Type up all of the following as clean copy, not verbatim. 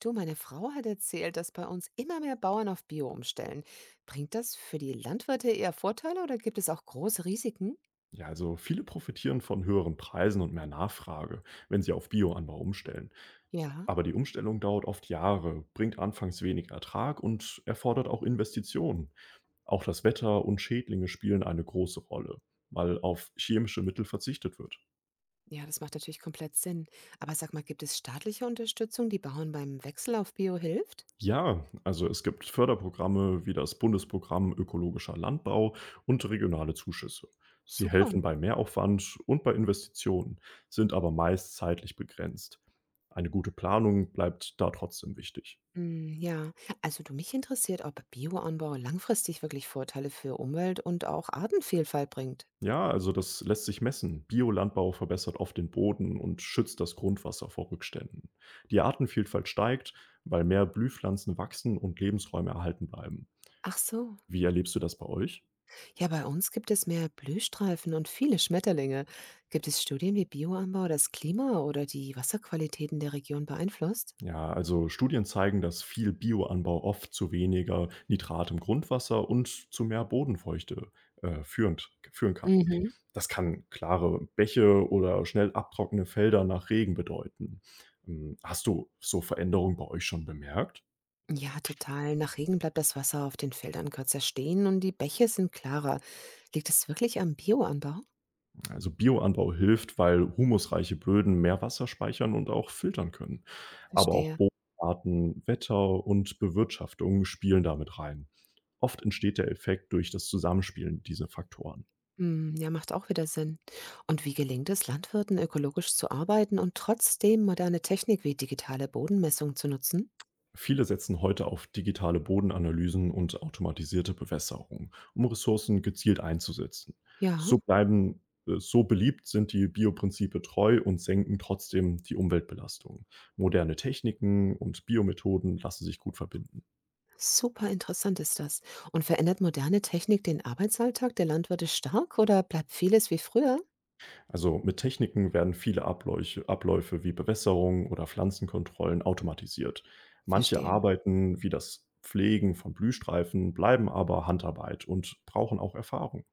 Du, meine Frau hat erzählt, dass bei uns immer mehr Bauern auf Bio umstellen. Bringt das für die Landwirte eher Vorteile oder gibt es auch große Risiken? Ja, also viele profitieren von höheren Preisen und mehr Nachfrage, wenn sie auf Bioanbau umstellen. Ja, Aber die Umstellung dauert oft Jahre, bringt anfangs wenig Ertrag und erfordert auch Investitionen. Auch das Wetter und Schädlinge spielen eine große Rolle, weil auf chemische Mittel verzichtet wird. ja, das macht natürlich komplett Sinn. Aber sag mal, gibt es staatliche Unterstützung, die Bauern beim Wechsel auf Bio hilft? Ja, also es gibt Förderprogramme wie das Bundesprogramm Ökologischer Landbau und regionale Zuschüsse. Sie Super. helfen bei Mehraufwand und bei Investitionen, sind aber meist zeitlich begrenzt. Eine gute Planung bleibt da trotzdem wichtig. Mm, ja, also du, mich interessiert, ob Bioanbau langfristig wirklich Vorteile für Umwelt und auch Artenvielfalt bringt. Ja, also das lässt sich messen. Biolandbau verbessert oft den Boden und schützt das Grundwasser vor Rückständen. Die Artenvielfalt steigt, weil mehr Blühpflanzen wachsen und Lebensräume erhalten bleiben. Ach so, Wie erlebst du das bei euch? ja, bei uns gibt es mehr Blühstreifen und viele Schmetterlinge. Gibt es Studien, wie Bioanbau das Klima oder die Wasserqualitäten der Region beeinflusst? Ja, also Studien zeigen, dass viel Bioanbau oft zu weniger Nitrat im Grundwasser und zu mehr Bodenfeuchte führend, führen kann. Mhm. Das kann klare Bäche oder schnell abtrocknende Felder nach Regen bedeuten. Hast du so Veränderungen bei euch schon bemerkt? Ja, total. Nach Regen bleibt das Wasser auf den Feldern kürzer stehen und die Bäche sind klarer. Liegt es wirklich am Bioanbau? Also Bioanbau hilft, weil humusreiche Böden mehr Wasser speichern und auch filtern können. Aber auch Verstehe. Bodenarten, Wetter und Bewirtschaftung spielen damit rein. Oft entsteht der Effekt durch das Zusammenspielen dieser Faktoren. Hm, ja, macht auch wieder Sinn. Und wie gelingt es Landwirten, ökologisch zu arbeiten und trotzdem moderne Technik wie digitale Bodenmessung zu nutzen? Viele setzen heute auf digitale Bodenanalysen und automatisierte Bewässerung, um Ressourcen gezielt einzusetzen. Ja. So bleiben so beliebt sind die Bioprinzipe treu und senken trotzdem die Umweltbelastung. Moderne Techniken und Biomethoden lassen sich gut verbinden. Super interessant ist das. Und verändert moderne Technik den Arbeitsalltag der Landwirte stark oder bleibt vieles wie früher? Also mit Techniken werden viele Abläufe wie Bewässerung oder Pflanzenkontrollen automatisiert. Manche Verstehe. Arbeiten wie das Pflegen von Blühstreifen bleiben aber Handarbeit und brauchen auch Erfahrung.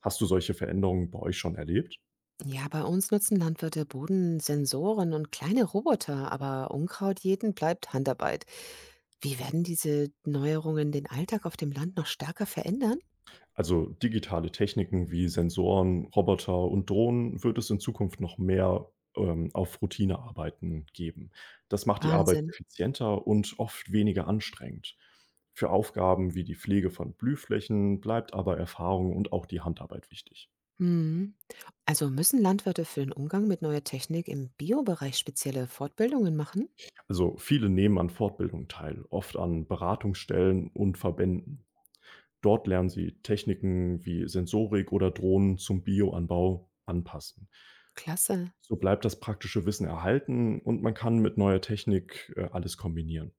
Hast du solche Veränderungen bei euch schon erlebt? Ja, bei uns nutzen Landwirte Bodensensoren und kleine Roboter, aber Unkraut jeden bleibt Handarbeit. Wie werden diese Neuerungen den Alltag auf dem Land noch stärker verändern? Also digitale Techniken wie Sensoren, Roboter und Drohnen wird es in Zukunft noch mehr auf Routinearbeiten geben. Das macht die Arbeit Wahnsinn. effizienter und oft weniger anstrengend. Für Aufgaben wie die Pflege von Blühflächen bleibt aber Erfahrung und auch die Handarbeit wichtig. Hm. Also müssen Landwirte für den Umgang mit neuer Technik im Biobereich spezielle Fortbildungen machen? Also viele nehmen an Fortbildungen teil, oft an Beratungsstellen und Verbänden. Dort lernen sie Techniken wie Sensorik oder Drohnen zum Bioanbau anpassen. Klasse. So bleibt das praktische Wissen erhalten und man kann mit neuer Technik alles kombinieren.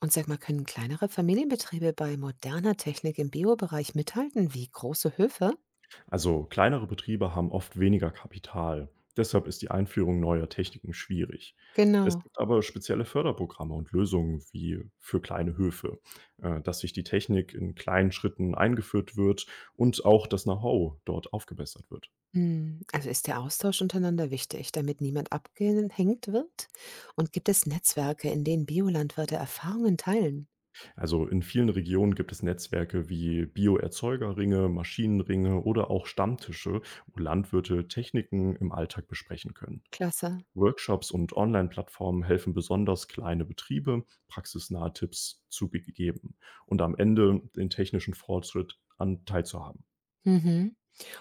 Und sag mal, können kleinere Familienbetriebe bei moderner Technik im Biobereich mithalten, wie große Höfe? Also kleinere Betriebe haben oft weniger Kapital. Deshalb ist die Einführung neuer Techniken schwierig. Genau. Es gibt aber spezielle Förderprogramme und Lösungen wie für kleine Höfe, dass sich die Technik in kleinen Schritten eingeführt wird und auch das Know-how dort aufgebessert wird. Hm, also ist der Austausch untereinander wichtig, damit niemand abgehängt wird? Und gibt es Netzwerke, in denen Biolandwirte Erfahrungen teilen? Also in vielen Regionen gibt es Netzwerke wie Bioerzeugerringe, Maschinenringe oder auch Stammtische, wo Landwirte Techniken im Alltag besprechen können. Klasse. Workshops und Online-Plattformen helfen besonders kleine Betriebe, praxisnahe Tipps zu be- geben und am Ende den technischen Fortschritt an teilzuhaben. Mhm.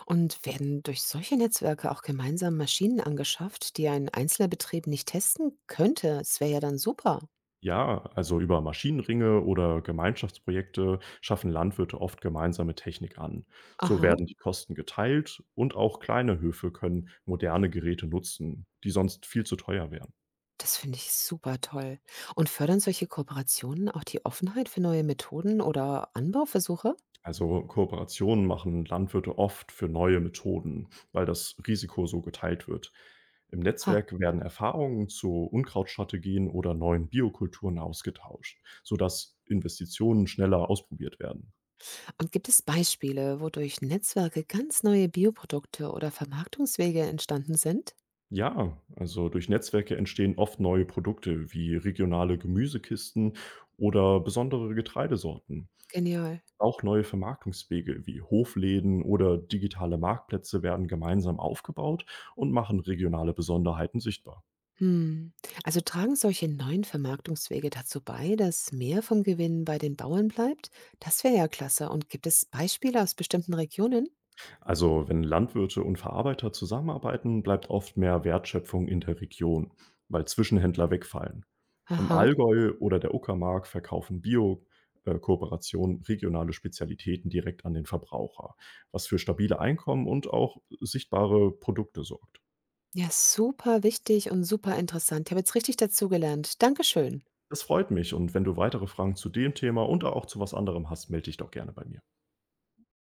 Und werden durch solche Netzwerke auch gemeinsam Maschinen angeschafft, die ein einzelner Betrieb nicht testen könnte? Es wäre ja dann super. Ja, also über Maschinenringe oder Gemeinschaftsprojekte schaffen Landwirte oft gemeinsame Technik an. So Aha. werden die Kosten geteilt und auch kleine Höfe können moderne Geräte nutzen, die sonst viel zu teuer wären. Das finde ich super toll. Und fördern solche Kooperationen auch die Offenheit für neue Methoden oder Anbauversuche? Also Kooperationen machen Landwirte oft für neue Methoden, weil das Risiko so geteilt wird. Im Ha. Netzwerk werden Erfahrungen zu Unkrautstrategien oder neuen Biokulturen ausgetauscht, sodass Investitionen schneller ausprobiert werden. Und gibt es Beispiele, wodurch Netzwerke ganz neue Bioprodukte oder Vermarktungswege entstanden sind? Ja, also durch Netzwerke entstehen oft neue Produkte wie regionale Gemüsekisten oder besondere Getreidesorten. Genial. Auch neue Vermarktungswege wie Hofläden oder digitale Marktplätze werden gemeinsam aufgebaut und machen regionale Besonderheiten sichtbar. Hm. Also tragen solche neuen Vermarktungswege dazu bei, dass mehr vom Gewinn bei den Bauern bleibt? Das wäre ja klasse. Und gibt es Beispiele aus bestimmten Regionen? Also wenn Landwirte und Verarbeiter zusammenarbeiten, bleibt oft mehr Wertschöpfung in der Region, weil Zwischenhändler wegfallen. Im Aha. Allgäu oder der Uckermark verkaufen Bio-Kooperationen regionale Spezialitäten direkt an den Verbraucher, was für stabile Einkommen und auch sichtbare Produkte sorgt. Ja, super wichtig und super interessant. Ich habe jetzt richtig dazugelernt. Dankeschön. Das freut mich und wenn du weitere Fragen zu dem Thema und auch zu was anderem hast, melde dich doch gerne bei mir.